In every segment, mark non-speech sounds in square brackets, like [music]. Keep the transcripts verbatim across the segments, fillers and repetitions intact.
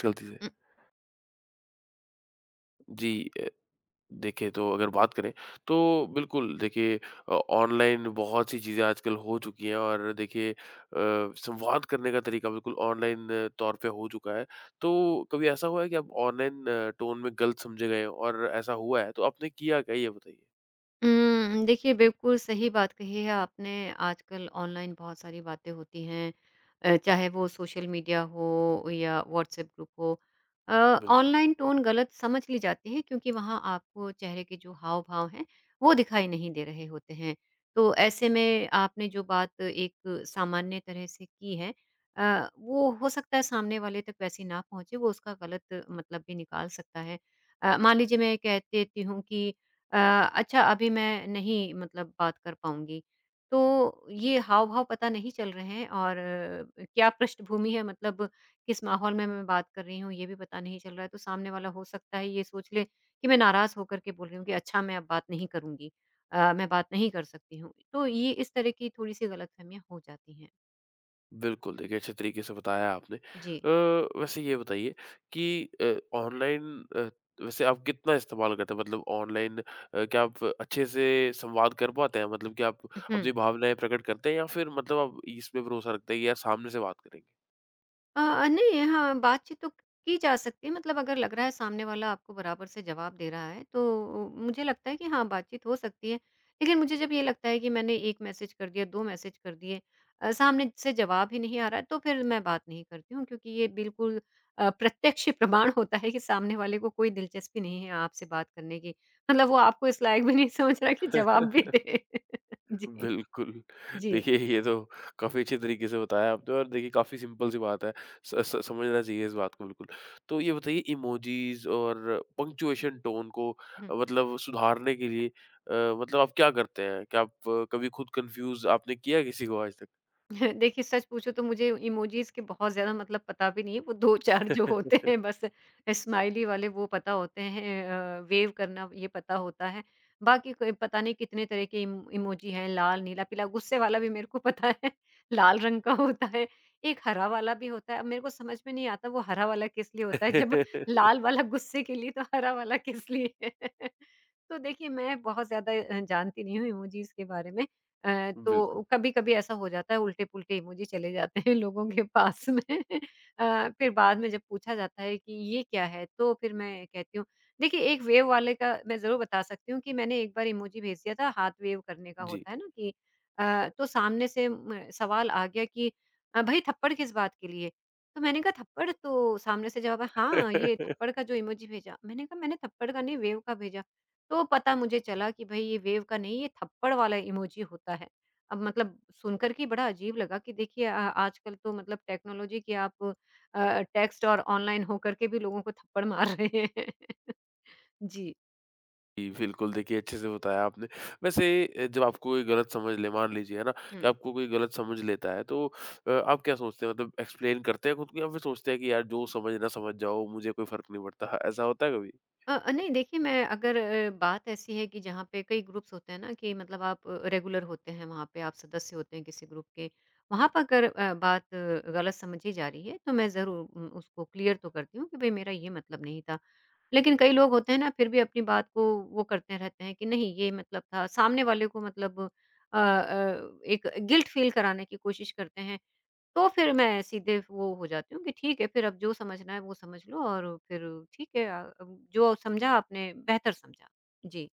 गलती से। उम, जी अ, देखिए तो अगर बात करें तो बिल्कुल देखिए अ, ऑनलाइन बहुत सी चीज़ें आजकल हो चुकी हैं और देखिए अ, संवाद करने का तरीका बिल्कुल ऑनलाइन तौर पे हो चुका है। तो कभी ऐसा हुआ है कि आप ऑनलाइन टोन में गलत समझे गए हों और ऐसा हुआ है तो आपने किया क्या? ये बताइए। उम, देखिए बिल्कुल सही बात कही है आपने। आजकल ऑनलाइन बहुत सारी बातें होती हैं, अ, चाहे वो सोशल मीडिया हो या व्हाट्सएप ग्रुप हो। अ, बिल्कुल। ऑनलाइन टोन गलत समझ ली जाती है क्योंकि वहाँ आपको चेहरे के जो हाव-भाव हैं, वो दिखाई नहीं दे रहे होते हैं। तो ऐसे में आपने जो बात एक सामान्य तरह से की है, अ, वो हो सकता है सामने वाले तक वैसी ना पहुँचे, वो उसका गलत मतलब भी निकाल सकता है। अ, मान लीजिए मैं कह देती हूँ कि अ, अच्छा अभी मैं नहीं मतलब बात कर पाऊँगी। तो ये हाव-भाव पता नहीं चल रहे हैं और अ, क्या पृष्ठभूमि है मतलब किस माहौल में मैं बात कर रही हूँ, ये भी पता नहीं चल रहा है। तो सामने वाला हो सकता है ये सोच ले कि मैं नाराज़ होकर के बोल रही हूँ कि अच्छा मैं अब बात नहीं करूँगी, अ, मैं बात नहीं कर सकती हूँ। तो ये इस तरह की थोड़ी-सी गलतफ़हमियाँ हो जाती हैं। बिल्कुल, देखिए अच्छे तरीके से बताया आपने। अ, जी। वैसे ये बताइए कि अ, ऑनलाइन अ, वैसे आप कितना इस्तेमाल करते हैं? मतलब ऑनलाइन अ, क्या आप अच्छे से संवाद कर पाते हैं? मतलब कि आप अपनी [clears throat] भावनाएँ प्रकट करते हैं या फिर मतलब आप इसमें भरोसा रखते हैं कि यार सामने से बात करेंगे? अ, नहीं, हाँ, बातचीत तो की जा सकती है मतलब अगर लग रहा है सामने वाला आपको बराबर से जवाब दे रहा है, तो मुझे लगता है कि हाँ, बातचीत हो सकती है। लेकिन मुझे जब ये लगता है कि मैंने एक मैसेज कर दिया, दो मैसेज कर दिए, अ, सामने से जवाब ही नहीं आ रहा है, तो फिर मैं बात नहीं करती हूँ क्योंकि ये बिल्कुल अ, प्रत्यक्ष प्रमाण [laughs] होता है कि सामने वाले को कोई दिलचस्पी नहीं है आपसे बात करने की। मतलब वो आपको इस लायक भी नहीं समझ रहा कि जवाब भी [laughs] दे। [laughs] जी, बिल्कुल। जी। देखिए ये तो काफ़ी अच्छे तरीके से बताया आपने और देखिए काफ़ी सिंपल सी बात है। स स समझना चाहिए इस बात को बिल्कुल। तो ये बताइए इमोजीज़ और पंक्चुएशन टोन को हुँ। अ, मतलब सुधारने के लिए अ, मतलब आप क्या करते हैं? क्या आप अ, कभी खुद कन्फ्यूज़ आपने किया है किसी को आज तक? [laughs] देखिए, सच पूछो तो मुझे इमोजीज़ के बहुत ज़्यादा मतलब पता भी नहीं है, वो दो चार जो होते हैं बस स्माइली वाले वो पता होते हैं, अ, वेव करना ये पता होता है। बाकी कोई पता नहीं कितने तरह के इम इमोजी हैं, लाल, नीला, पीला, गुस्से वाला भी मेरे को पता है, [laughs] लाल रंग का होता है, एक हरा वाला भी होता है। अब मेरे को समझ में नहीं आता वो हरा वाला किस लिए होता है, जब [laughs] लाल वाला गुस्से के लिए तो हरा वाला किस लिए है? [laughs] तो देखिए, मैं बहुत ज़्यादा अ, जानती नहीं हूँ इमोजीज़ के बारे में। अ, बिल्कुल। तो कभी-कभी ऐसा हो जाता है उल्टे-पुल्टे इमोजी चले जाते हैं लोगों के पास में। [laughs] अ, फिर बाद में जब पूछा जाता है कि ये क्या है? तो फिर मैं कहती हूँ देखिए एक वेव वाले का मैं ज़रूर बता सकती हूँ कि मैंने एक बार इमोजी भेज दिया था हाथ वेव करने का जी। होता है ना कि, अ, तो सामने से म सवाल आ गया कि, अ, "भई थप्पड़ किस बात के लिए?" तो मैंने कहा थप्पड़ तो सामने से जवाब आया, "हाँ, ये थप्पड़ [laughs] का जो इमोजी भेजा।" मैंने कहा मैंने थप्पड़ का नहीं वेव का भेजा। तो पता मुझे चला कि भई ये वेव का नहीं, ये थप्पड़ वाला इमोजी होता है। अब मतलब सुनकर के बड़ा अजीब लगा कि देखिए, अ, आजकल तो मतलब टेक्नोलॉजी की आप अ, टेक्स्ट और ऑनलाइन होकर के भी लोगों को थप्पड़ मार रहे हैं। [laughs] जी। जी, बिल्कुल देखिए अच्छे से बताया आपने। वैसे अ, जब आपको कोई गलत समझ ले मान लीजिए है ना हुँ। कि आपको कोई गलत समझ लेता है तो अ, आप क्या सोचते हैं मतलब एक्सप्लेन करते हैं खुद को या फिर सोचते हैं कि यार जो समझ ना समझ जाओ मुझे कोई फ़र्क नहीं पड़ता, ऐसा होता है कभी? अ अ, नहीं देखिए मैं अगर अ, बात ऐसी है कि जहाँ पे कई ग्रुप्स होते हैं ना कि मतलब आप रेगुलर होते हैं वहाँ पे आप सदस्य होते हैं किसी ग्रुप के, वहाँ पर अगर अ, बात अ, गलत समझी जा रही है तो मैं ज़रूर उम, उसको क्लियर तो करती हूँ कि भाई मेरा ये मतलब नहीं था। लेकिन कई लोग होते हैं ना फिर भी अपनी बात को वो करते रहते हैं कि नहीं ये मतलब था सामने वाले को मतलब अ अ, एक गिल्ट फील कराने की कोशिश करते हैं, तो फिर मैं सीधे वो हो जाती हूँ कि ठीक है फिर अब जो समझना है वो समझ लो और फिर ठीक है, अ, अब जो समझा आपने बेहतर समझा। जी।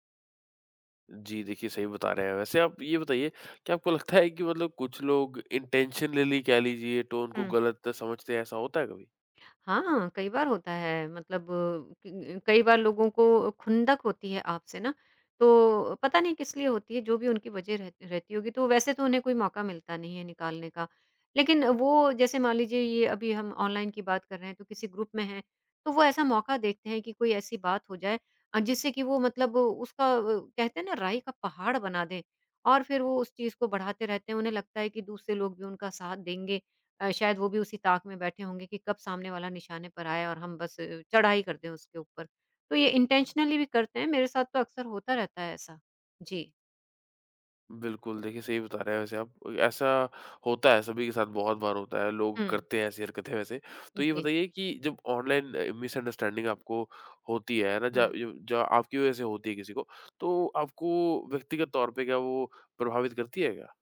जी, देखिए सही बता रहे हैं। वैसे आप ये बताइए कि आपको लगता है कि मतलब कुछ लोग इंटेंशनली कह लीजिए टोन को हम्म, गलत समझते हैं, ऐसा होता है कभी? हाँ, कई बार होता है मतलब क कई बार लोगों को खुंदक होती है आपसे ना, तो पता नहीं किस लिए होती है, जो भी उनकी वजह रह रहती होगी, तो वैसे तो उन्हें कोई मौका मिलता नहीं है निकालने का। लेकिन वो जैसे मान लीजिए ये अभी हम ऑनलाइन की बात कर रहे हैं, तो किसी ग्रुप में हैं, तो वो ऐसा मौका देखते हैं कि कोई ऐसी बात हो जाए, अ, जिससे कि वो मतलब उसका अ, कहते हैं ना राई का पहाड़ बना दें और फिर वो उस चीज़ को बढ़ाते रहते हैं। उन्हें लगता है कि दूसरे लोग भी उनका साथ देंगे, अ, शायद वो भी उसी ताक में बैठे होंगे कि कब सामने वाला निशाने पर आए और हम बस अ, चढ़ाई कर दें उसके ऊपर। तो ये इंटेंशनली भी करते हैं, मेरे साथ तो अक्सर होता रहता है ऐसा। जी। बिल्कुल, देखिए सही बता रहे हैं वैसे आप। ऐसा होता है, सभी के साथ बहुत बार होता है, लोग हुँ। करते हैं ऐसी हरकतें वैसे। तो ये जी। बताइए कि जब ऑनलाइन अ, मिसअंडरस्टैंडिंग आपको होती है, है ना? जा हम्म य जा आपकी वज़ह से होती है किसी को, तो आपको व्यक्तिगत तौर पे क्या वो प्रभावित करती है क्या?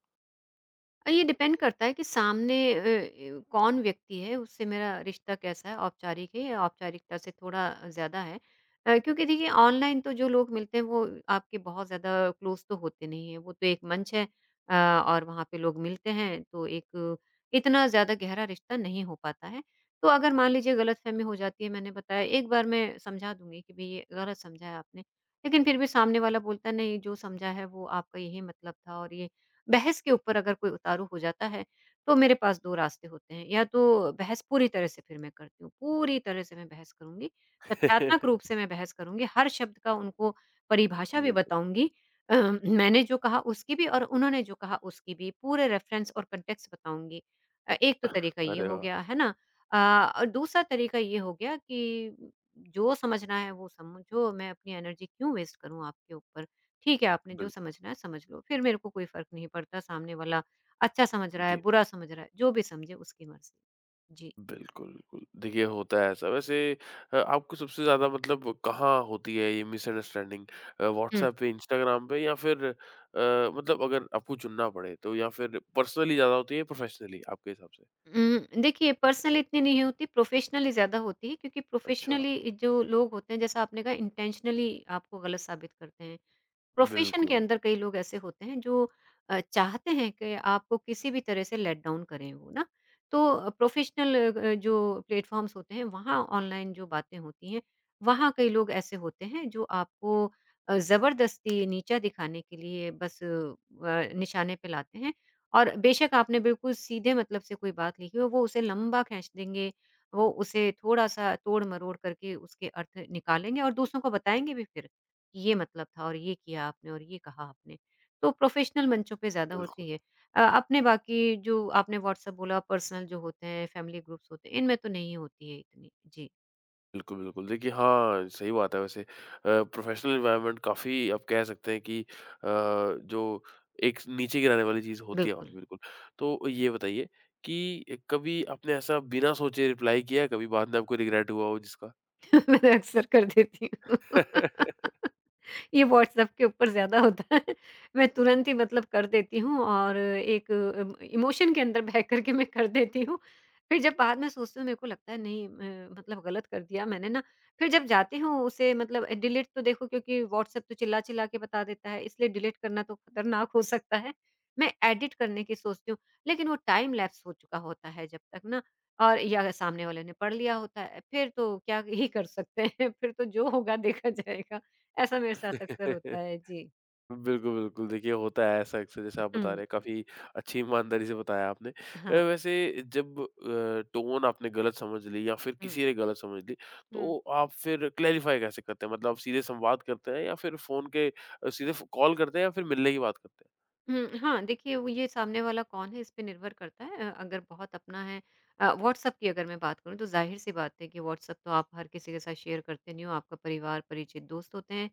अ, ये डिपेंड करता है कि सामने अ, ए, कौन व्यक्ति है, उससे मेरा रिश्ता कैसा है, औपचारिक है या औपचारिकता से थोड़ा ज़्यादा है। अ, क्योंकि देखिए ऑनलाइन तो जो लोग मिलते हैं वो आपके बहुत ज़्यादा क्लोज़ तो होते नहीं हैं, वो तो एक मंच है, अ, और वहाँ पे लोग मिलते हैं, तो एक इतना ज़्यादा गहरा रिश्ता नहीं हो पाता है। तो अगर मान लीजिए गलतफ़हमी हो जाती है, मैंने बताया एक बार मैं समझा दूँगी कि भई ये गलत समझा है आपने, लेकिन फिर भी सामने वाला बोलता है नहीं जो समझा है वो आपका यही मतलब था और ये बहस के ऊपर अगर कोई उतारू हो जाता है, तो मेरे पास दो रास्ते होते हैं, या तो बहस पूरी तरह से फिर मैं करती हूँ, पूरी तरह से मैं बहस करूँगी, तथ्यात्मक रूप [laughs] से मैं बहस करूँगी, हर शब्द का उनको परिभाषा भी जी। बताऊँगी, अ, मैंने जो कहा उसकी भी और उन्होंने जो कहा उसकी भी, पूरे रेफ़रेंस और कॉन्टेक्स्ट बताऊँगी। अ, एक तो तरीका ये अरे हो वाह! गया, है ना? अ, और दूसरा तरीका ये हो गया कि जो समझना है वो समझो, मैं अपनी एनर्जी क्यों वेस्ट करूँ आपके ऊपर? ठीक है, आपने जो बिल्कुल, समझना है समझ लो, फिर मेरे को कोई फ़र्क नहीं पड़ता सामने वाला अच्छा समझ रहा है, जी। बुरा समझ रहा है, जो भी समझे उसकी मर्ज़ी। जी। बिल्कुल, बिल्कुल। देखिए होता है ऐसा। वैसे अ, आपको सबसे ज़्यादा मतलब कहाँ होती है ये मिसअंडरस्टैंडिंग अ, हुँ। व्हाट्सएप पे, इंस्टाग्राम पे या फिर अ, मतलब अगर आपको चुनना पड़े तो या फिर पर्सनली ज़्यादा होती है या प्रोफेशनली आपके हिसाब से? उम, देखिए पर्सनल इतनी नहीं होती, प्रोफ़ेशनली ज़्यादा होती है क्योंकि अच्छा, प्रोफ़ेशनली जो लोग होते हैं जैसा आपने कहा इंटेंशनली आपको गलत साबित करते हैं। प्रोफेशन के बिल्कुल, अंदर कई लोग ऐसे होते हैं जो अ, चाहते हैं कि आपको किसी भी तरह से लेट डाउन करें वो ना, तो प्रोफेशनल जो प्लेटफॉर्म्स होते हैं वहाँ ऑनलाइन जो बातें होती हैं वहाँ कई लोग ऐसे होते हैं जो आपको अ, जबरदस्ती नीचा दिखाने के लिए बस अ, निशाने पे लाते हैं, और बेशक आपने बिल्कुल सीधे मतलब से कोई बात लिखी हो वो उसे लंबा खींच देंगे, वो उसे थोड़ा सा तोड़ मरोड़ करके उसके अर्थ निकालेंगे और दूसरों को बताएंगे भी फिर ये मतलब था और ये किया आपने और ये कहा आपने। तो प्रोफ़ेशनल मंचों पे ज़्यादा बिल्कुल। होती है। अ, अपने बाकी जो आपने व्हाट्सएप बोला पर्सनल जो होते हैं, फैमिली ग्रुप्स होते हैं, इनमें तो नहीं होती है इतनी। जी, बिल्कुल, बिल्कुल। देखिए हाँ, सही बात है वैसे। अ, प्रोफ़ेशनल एनवायरनमेंट काफ़ी आप कह सकते हैं कि अ, जो एक नीचे गिराने वाली चीज़ होती है वहाँ पे बिल्कुल। बिल्कुल। तो ये बताइए कि कभी आपने ऐसा बिना सोचे रिप्लाई किया है? कभी बाद में आपको रिग्रेट हुआ हो जिसका? [laughs] मैं अक्सर कर देती हूँ। [laughs] [laughs] ये व्हाट्सएप के ऊपर ज़्यादा होता है। मैं तुरंत ही मतलब कर देती हूँ और एक अम, इमोशन के अंदर बह कर के मैं कर देती हूँ। फिर जब बाद में सोचती हूँ मेरे को लगता है नहीं, अ, मतलब गलत कर दिया मैंने ना, फिर जब जाती हूँ उसे मतलब, अ, डिलीट तो देखो क्योंकि व्हाट्सएप तो चिल्ला-चिल्ला के बता देता है, इसलिए डिलीट करना तो खतरनाक हो सकता है। मैं एडिट करने की सोचती हूँ, लेकिन वो टाइम लैप्स हो चुका होता है जब तक ना, और या अगर सामने वाले ने पढ़ लिया होता है, फिर तो क्या ही कर सकते हैं, [laughs] फिर तो जो होगा देखा जाएगा। ऐसा मेरे साथ अक्सर होता है। जी। बिल्कुल, बिल्कुल। देखिए होता है ऐसा अक्सर जैसे आप बता रहे हुँ, हैं काफ़ी अच्छी ईमानदारी से बताया आपने। अ, हाँ, वैसे जब अ, टोन आपने गलत समझ ली या फिर हुँ, किसी ने गलत समझ ली, हुँ, तो आप फिर क्लैरिफ़ाई कैसे करते हैं? मतलब आप सीधे संवाद करते हैं या फिर फ़ोन के अ, सीधे फ़ कॉल करते हैं या फिर मिलने की बात करते हैं? हुँ, हाँ, देखिए वो ये सामने वाला कौन है इस पे निर्भर करता है, अ, अगर बहुत अपना है, अ, व्हाट्सएप की अगर मैं बात करूँ तो ज़ाहिर-सी बात है कि व्हाट्सएप तो आप हर किसी के साथ शेयर करते नहीं हो, आपका परिवार, परिचित, दोस्त होते हैं।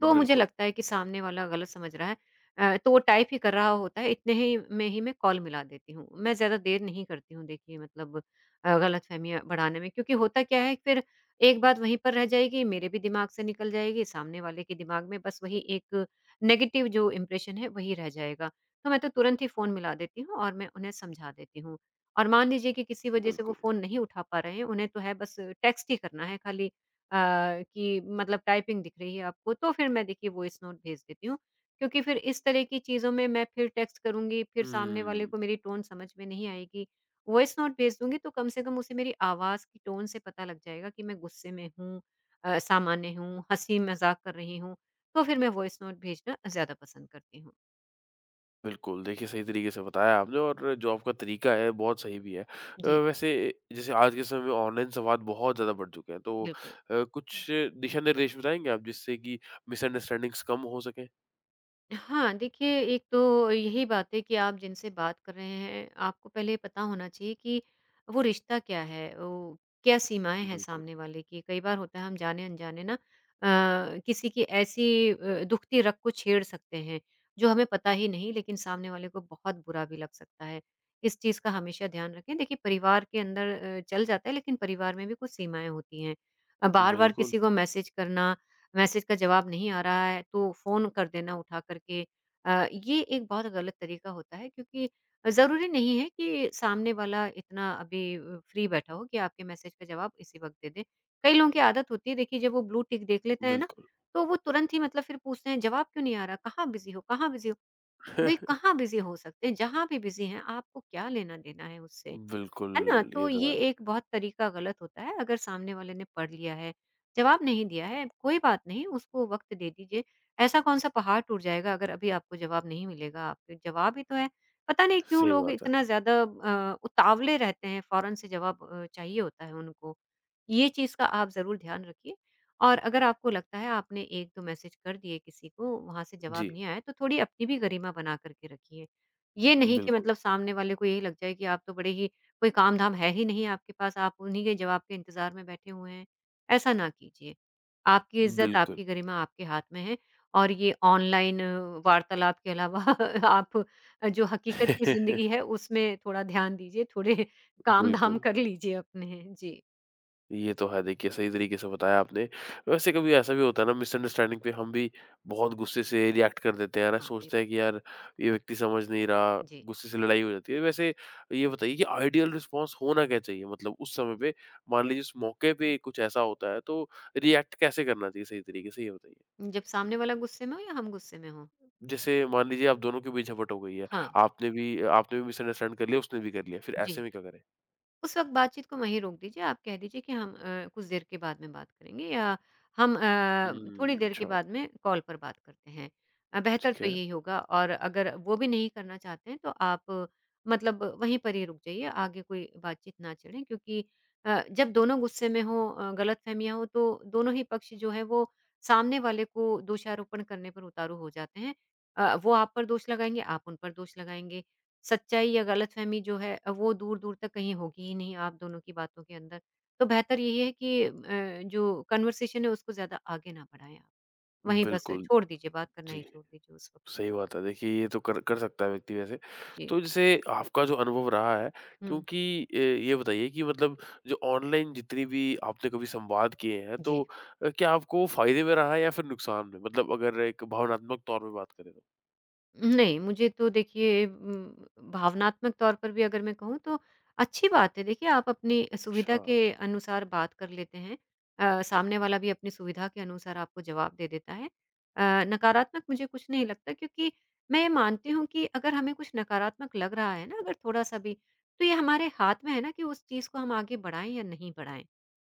तो मुझे बिल्कुल, लगता है कि सामने वाला गलत समझ रहा है। अ, तो वो टाइप ही कर रहा होता है, इतने ही में ही मैं कॉल मिला देती हूँ। मैं ज़्यादा देर नहीं करती हूँ देखिए मतलब, अ, गलतफ़हमियाँ बढ़ाने में क्योंकि होता क्या है फिर एक बात वहीं पर रह जाएगी, मेरे भी दिमाग से निकल जाएगी, सामने वाले के दिमाग में बस वही एक नेगेटिव जो इम्प्रेशन है वही रह जाएगा। तो मैं तो तुरंत ही फ़ोन मिला देती हूँ और मैं उन्हें समझा देती हूँ। और मान लीजिए कि किसी वजह से वो बिल्कुल। फ़ोन नहीं उठा पा रहे हैं, उन्हें तो है बस टेक्स्ट ही करना है खाली, अ, कि मतलब टाइपिंग दिख रही है आपको, तो फिर मैं देखिए वॉइस नोट भेज देती हूँ। क्योंकि फिर इस तरह की चीज़ों में मैं फिर टेक्स्ट करूँगी, फिर सामने वाले हुँ। को मेरी टोन समझ में नहीं आएगी। वॉइस नोट भेज दूँगी तो कम से कम उसे मेरी आवाज़ की टोन से पता लग जाएगा कि मैं गुस्से में हूँ, अ, सामान्य हूँ, हँसी-मज़ाक कर रही हूँ, तो फिर मैं वॉइस नोट भेजना ज़्यादा पसंद करती हूँ। बिल्कुल, देखिए सही तरीके से बताया आपने और जो आपका तरीका है बहुत सही भी है। अ, जी, वैसे जैसे आज के समय में ऑनलाइन संवाद बहुत ज़्यादा बढ़ चुके हैं तो बिल्कुल। अ, कुछ दिशा-निर्देश बताएँगे आप जिससे कि मिसअंडरस्टैंडिंग्स कम हो सकें? हाँ, देखिए एक तो यही बात है कि आप जिनसे बात कर रहे हैं, आपको पहले पता होना चाहिए कि वो रिश्ता क्या है? वो क्या सीमाएँ हैं बिल्कुल, सामने वाले की? कई बार होता है हम जाने-अनजाने ना अ, किसी की ऐसी अ, दुखती रग को छेड़ सकते हैं, जो हमें पता ही नहीं लेकिन सामने वाले को बहुत बुरा भी लग सकता है। इस चीज़ का हमेशा ध्यान रखें। देखिए परिवार के अंदर अ, चल जाता है लेकिन परिवार में भी कुछ सीमाएँ होती हैं। अ, बार-बार बिल्कुल, किसी को मैसेज करना, मैसेज का जवाब नहीं आ रहा है तो फ़ोन कर देना उठा कर के, अ, ये एक बहुत गलत तरीका होता है क्योंकि ज़रूरी नहीं है कि सामने वाला इतना अभी फ्री बैठा हो कि आपके मैसेज का जवाब इसी वक़्त दे दे। कई लोगों की आदत होती है देखिए जब वो ब्लू टिक देख लेते हैं ना, बिल्कुल। तो वो तुरंत ही मतलब फिर पूछते हैं जवाब क्यों नहीं आ रहा? कहाँ बिज़ी हो, कहाँ बिज़ी हो? भई [laughs] कहाँ बिज़ी हो सकते हैं? जहाँ भी बिज़ी हैं आपको क्या लेना देना है उससे? बिल्कुल, है ना? तो ये तो है। ये एक बहुत तरीका गलत होता है, अगर सामने वाले ने पढ़ लिया है, जवाब नहीं दिया है, कोई बात नहीं, उसको वक़्त दे दीजिए। ऐसा कौन-सा पहाड़ टूट जाएगा अगर अभी आपको जवाब नहीं मिलेगा, आपके जवाब ही तो है। पता नहीं क्यों सही लोग बात है। इतना ज़्यादा अ, उतावले रहते हैं, फ़ौरन से जवाब अ, चाहिए होता है उनको। ये चीज़ का आप ज़रूर ध्यान रखिए और अगर आपको लगता है आपने एक-दो मैसेज कर दिए किसी को, वहाँ से जी, जवाब नहीं आया, तो थोड़ी अपनी भी गरिमा बना कर के रखिए। ये नहीं कि बिल्कुल, मतलब सामने वाले को यही लग जाए कि आप तो बड़े ही, कोई काम-धाम है ही नहीं आपके पास, आप उन्हीं के जवाब के इंतज़ार में बैठे हुए हैं। ऐसा ना कीजिए। आपकी इज़्ज़त, बिल्कुल, आपकी गरिमा आपके हाथ में है और ये ऑनलाइन वार्तालाप के अलावा [laughs] आप जो हकीकत की [laughs] ज़िंदगी है, उसमें थोड़ा ध्यान दीजिए, थोड़े [laughs] काम-धाम बिल्कुल। कर लीजिए अपने। जी, ये तो है देखिए, सही तरीके से बताया आपने। वैसे कभी ऐसा भी होता है ना मिसअंडरस्टैंडिंग पे हम भी बहुत गुस्से से रिएक्ट कर देते हैं, है ना? हाँ, सोचते हैं बिल्कुल। कि यार ये व्यक्ति समझ नहीं रहा, जी, गुस्से से लड़ाई हो जाती है। वैसे ये बताइए कि आइडियल रिस्पॉन्स होना क्या चाहिए? मतलब उस समय पे मान लीजिए उस मौके पे कुछ ऐसा होता है तो रिएक्ट कैसे करना चाहिए सही तरीके से ये बताइए? जब सामने वाला गुस्से में हो या हम गुस्से में हों। जैसे मान लीजिए आप दोनों के बीच झपट हो गई है, हाँ, आपने भी आपने भी मिसअंडरस्टैंड कर लिया, उसने भी कर लिया, फिर ऐसे जी। में क्या करें? उस वक़्त बातचीत को वहीं रोक दीजिए। आप कह दीजिए कि हम अ, कुछ देर के बाद में बात करेंगे या हम अ, थोड़ी हुँ, देर के अच्छा, बाद में कॉल पर बात करते हैं। अ, बेहतर ठीक तो है। यही होगा और अगर वो भी नहीं करना चाहते हैं तो आप, अ, मतलब वहीं पर ही रुक जाइए, आगे कोई बातचीत ना छेड़ें क्योंकि अ, जब दोनों गुस्से में हों, अ, गलतफ़हमियाँ हों तो दोनों ही पक्ष जो है वो सामने वाले को दोषारोपण करने पर उतारू हो जाते हैं। अ, वो आप पर दोष लगाएँगे, आप उन पर दोष लगाएँगे। सच्चाई या गलतफ़हमी जो है, अ, वो दूर-दूर तक कहीं होगी ही नहीं आप दोनों की बातों के अंदर। तो बेहतर यही है कि अ, जो कन्वर्सेशन है उसको ज़्यादा आगे ना बढ़ाएँ आप। वहीं बस बिल्कुल, छोड़ दीजिए, बात करना ही जी। छोड़ दीजिए उस वक़्त। सही बात है। देखिए ये तो कर कर सकता है व्यक्ति वैसे। जी। तो जैसे आपका जो अनुभव रहा है हुँ। क्योंकि अ, ये बताइए कि मतलब जो ऑनलाइन जितनी भी आपने कभी संवाद किए हैं तो जी। अ, क्या आपको वो फ़ायदे में रहा है या फिर नुकसान में? मतलब अगर एक भावनात्मक तौर पे बात करें तो? नहीं, मुझे तो देखिए उम, भावनात्मक तौर पर भी अगर मैं कहूँ तो अच्छी बात है। देखिए आप अपनी सुविधा अच्छा, के अनुसार बात कर लेते हैं। अ, सामने वाला भी अपनी सुविधा के अनुसार आपको जवाब दे देता है। अ, नकारात्मक मुझे कुछ नहीं लगता क्योंकि मैं ये मानती हूँ कि अगर हमें कुछ नकारात्मक लग रहा है ना अगर थोड़ा-सा भी, तो ये हमारे हाथ में है ना कि उस चीज़ को हम आगे बढ़ाएँ या नहीं बढ़ाएँ।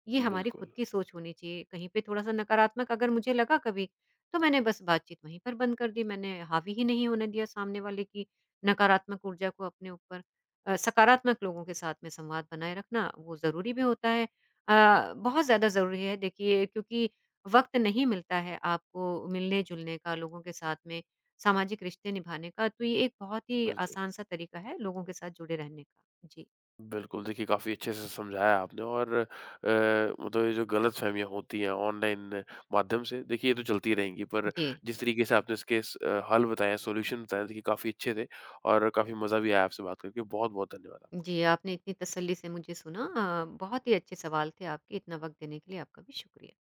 ये हमारी खुद बिल्कुल, की सोच होनी चाहिए। कहीं पे थोड़ा-सा नकारात्मक अगर मुझे लगा कभी, तो मैंने बस बातचीत वहीं पर बंद कर दी। मैंने हावी ही नहीं होने दिया सामने वाले की नकारात्मक ऊर्जा को अपने ऊपर। अ, सकारात्मक लोगों के साथ में संवाद बनाए रखना वो ज़रूरी भी होता है। अ, बहुत ज़्यादा ज़रूरी है देखिए क्योंकि वक़्त नहीं मिलता है आपको मिलने-जुलने का, लोगों के साथ में सामाजिक रिश्ते निभाने का, तो ये एक बहुत ही बिल्कुल। आसान-सा तरीका है लोगों के साथ जुड़े रहने का। जी। बिल्कुल, देखिए काफ़ी अच्छे से समझाया आपने और अ, मतलब ये जो गलतफ़हमियाँ होती हैं ऑनलाइन माध्यम से, देखिए ये तो चलती रहेंगी पर जी। जिस तरीके से आपने इसके स अ, हल बताए, सॉल्यूशन बताए, देखिए काफ़ी अच्छे थे और काफ़ी मज़ा भी आया आपसे बात करके। बहुत-बहुत धन्यवाद आपका। जी, आपने इतनी तसल्ली से मुझे सुना, अ, बहुत ही अच्छे सवाल थे आपके, इतना वक़्त देने के लिए आपका भी शुक्रिया।